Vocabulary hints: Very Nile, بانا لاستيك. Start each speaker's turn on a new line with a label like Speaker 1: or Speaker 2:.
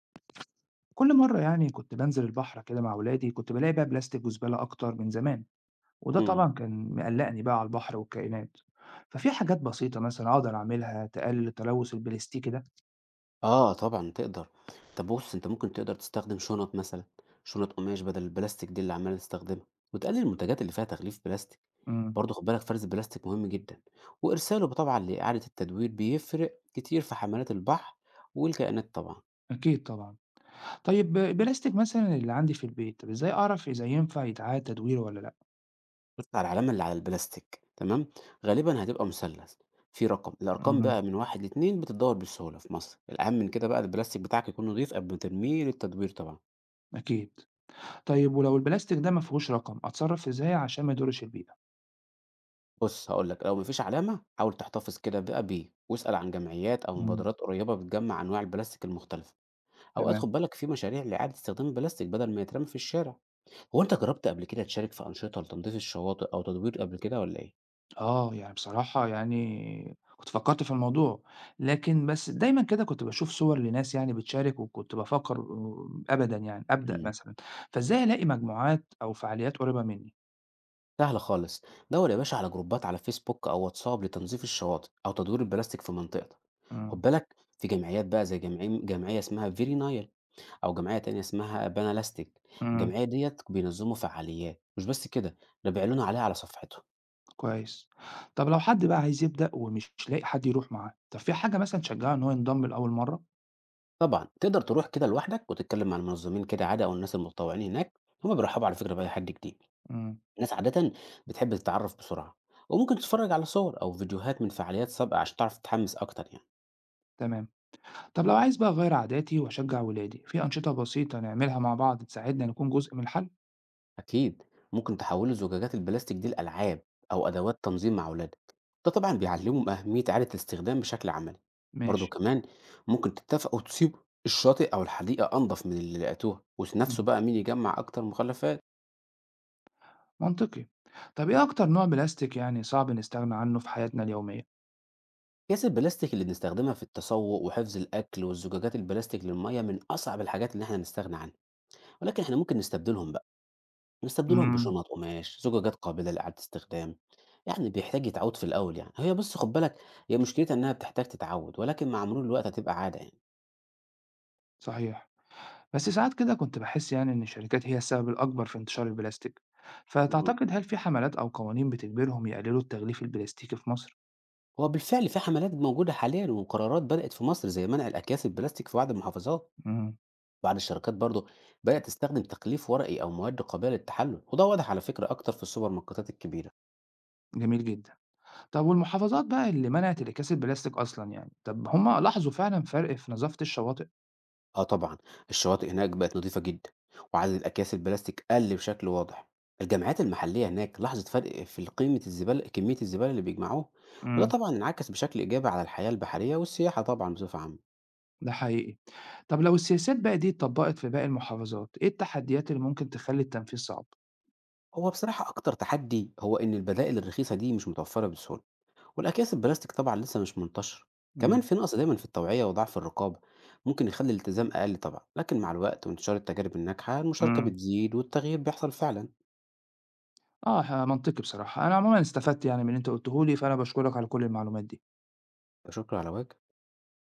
Speaker 1: كل مرة يعني كنت بانزل البحر كده مع ولادي كنت بلاقي بقى بلاستيك وزبالة أكتر من زمان. وده
Speaker 2: إمم.
Speaker 1: طبعا كان مقلقني بقى على البحر والكائنات. ففي حاجات بسيطة مثلا أقدر أعملها تقلل التلوث البلاستيكي ده؟
Speaker 2: آه طبعًا تقدر. طب بُص، أنت ممكن تقدر تستخدم شُنط مثلًا، شُنط قماش بدل البلاستيك دي اللي عمّال نستخدمها، وتقلل المنتجات اللي فيها تغليف بلاستيك.
Speaker 1: امم.
Speaker 2: برضه خُد بالك فرز البلاستيك مهم جدًا، وإرساله طبعًا لإعادة التدوير بيفرق كتير في حملات البحر والكائنات طبعًا.
Speaker 1: أكيد طبعا. طيب البلاستيك مثلا اللي عندي في البيت طب إزاي أعرف إذا ينفع يتعاد تدويره ولا لأ؟
Speaker 2: بُص على العلامة اللي على البلاستيك تمام، غالبًا هتبقى مثلث فيه رقم، الأرقام
Speaker 1: امم.
Speaker 2: بقى من 1 ل2 بتتدوّر بسهولة في مصر. الأهم من كده بقى البلاستيك بتاعك يكون نضيف قبل ما ترميه للتدوير طبعًا.
Speaker 1: أكيد. طيب ولو البلاستيك ده ما فيهوش رقم أتصرف إزاي عشان ما يضرش البيئة؟
Speaker 2: بُص هاقول لك، لو ما فيش علامة حاول تحتفظ كده بقى بيه، واسأل عن جمعيات أو
Speaker 1: امم.
Speaker 2: مبادرات قريبة بتجمع أنواع البلاستيك المختلفة، أوقات
Speaker 1: تمام.
Speaker 2: خد بالك في مشاريع لإعادة استخدام البلاستيك بدل ما يترمي في الشارع، هو أنت جربت قبل كده تشارك في أنشطة لتنضيف الشواطئ أو تدوير قبل كده والّا إيه؟
Speaker 1: آه، يعني بصراحة يعني كنت فكّرت في الموضوع، لكن بس دايمًا كده كنت باشوف صور لناس يعني بتشارك وكنت بافكّر آه، أبدًا يعني أبدأ
Speaker 2: إمم،
Speaker 1: مثلًا، فإزاي ألاقي مجموعات أو فعاليات قريبة منّي؟
Speaker 2: سهلة خالص، دوّر يا باشا على جروبات على فيسبوك أو واتساب لتنظيف الشواطئ أو تدوير البلاستيك في منطقتك،
Speaker 1: إمم،
Speaker 2: خد بالك في جمعيات بقى زي جمعية اسمها Very Nile أو جمعية تانية اسمها بانا لاستيك،
Speaker 1: إمم،
Speaker 2: الجمعية ديّة بينظّموا فعاليات، مش بس كده، ده بيعلنوا عليها على صفحتهم.
Speaker 1: كويس. طب لو حد بقى عايز يبدأ ومش لاقي حد يروح معاه، طب في حاجة مثلًا تشجّعه إن هو ينضم لأول مرّة؟
Speaker 2: طبعًا تقدر تروح كده لوحدك وتتكلم مع المنظمين كده عادي أو الناس المتطوعين هناك، هُم بيرحّبوا على فكرة بأي حد جديد.
Speaker 1: إمم،
Speaker 2: الناس عادةً بتحب تتعرّف بسرعة، وممكن تتفرّج على صور أو فيديوهات من فعاليات سابقة عشان تعرف تتحمّس أكتر يعني.
Speaker 1: تمام. طب لو عايز بقى أغيّر عاداتي وأشجّع ولادي، في أنشطة بسيطة نعملها مع بعض تساعدنا نكون جزء من الحل؟
Speaker 2: أكيد ممكن تحولوا زجاجات البلاستيك دي لألعاب أو أدوات تنظيم مع أولادك، ده طبعا بيعلمهم أهمية إعادة الاستخدام بشكل عملي.
Speaker 1: ماشي،
Speaker 2: برضو كمان ممكن تتفقوا تسيبوا الشاطئ أو الحديقة أنظف من اللي لقيتوها وتنافسوا
Speaker 1: إمم.
Speaker 2: بقى مين يجمع أكتر مخلفات.
Speaker 1: منطقي. طب إيه أكتر نوع بلاستيك يعني صعب نستغنى عنه في حياتنا اليومية؟
Speaker 2: أكياس البلاستيك اللي بنستخدمها في التسوق وحفظ الأكل والزجاجات البلاستيك للمية من أصعب الحاجات اللي إحنا نستغنى عنها، ولكن إحنا ممكن نستبدلهم بقى بيستبدلهم
Speaker 1: إمم،
Speaker 2: بشنط قماش، زجاجات قابلة لإعادة استخدام، يعني بيحتاج يتعود في الأول يعني، هي بُص خُد بالك، هي مشكلتها إنها بتحتاج تتعود، ولكن مع مرور الوقت هتبقى عادة يعني.
Speaker 1: صحيح. بس ساعات كده كنت باحس يعني إن الشركات هي السبب الأكبر في انتشار البلاستيك،
Speaker 2: إمم،
Speaker 1: فتعتقد هل في حملات أو قوانين بتجبرهم يقللوا التغليف البلاستيكي في مصر؟
Speaker 2: هو بالفعل في حملات موجودة حاليًا وقرارات بدأت في مصر زي منع الأكياس البلاستيك في بعض المحافظات،
Speaker 1: إمم،
Speaker 2: بعض الشركات برضه بدأت تستخدم تغليف ورقي أو مواد قابلة للتحلل، وده واضح على فكرة أكتر في السوبر ماركتات الكبيرة.
Speaker 1: جميل جدًا. طب والمحافظات بقى اللي منعت انعكاس البلاستيك أصلًا يعني، طب هم لاحظوا فعلًا فرق في نظافة الشواطئ؟
Speaker 2: آه طبعًا، الشواطئ هناك بقت نضيفة جدًا، وعدد الأكياس البلاستيك قَل بشكل واضح. الجامعات المحلية هناك لاحظت فرق في ال قيمة الزبالة كمية الزبالة اللي بيجمعوها، وده
Speaker 1: إمم،
Speaker 2: طبعًا انعكس بشكل إيجابي على الحياة البحرية والسياحة طبعًا بصفة عامة.
Speaker 1: ده حقيقي. طب لو السياسات بقى دي اتطبقت في باقي المحافظات، إيه التحديات اللي ممكن تخلي التنفيذ صعب؟
Speaker 2: هو بصراحة أكتر تحدي هو إن البدائل الرخيصة دي مش متوفرة بسهولة، والأكياس البلاستيك طبعًا لسه مش منتشرة. كمان
Speaker 1: إمم،
Speaker 2: في نقص دايمًا في التوعية وضعف الرقابة، ممكن يخلّي الالتزام أقل طبعًا، لكن مع الوقت وانتشار التجارب الناجحة، المشاركة
Speaker 1: إمم.
Speaker 2: بتزيد والتغيير بيحصل فعلًا.
Speaker 1: آه، منطقي بصراحة. أنا عمومًا استفدت يعني من اللي أنت قُلته لي، فأنا باشكرك على كل المعلومات دي.
Speaker 2: لا شكر على واجب.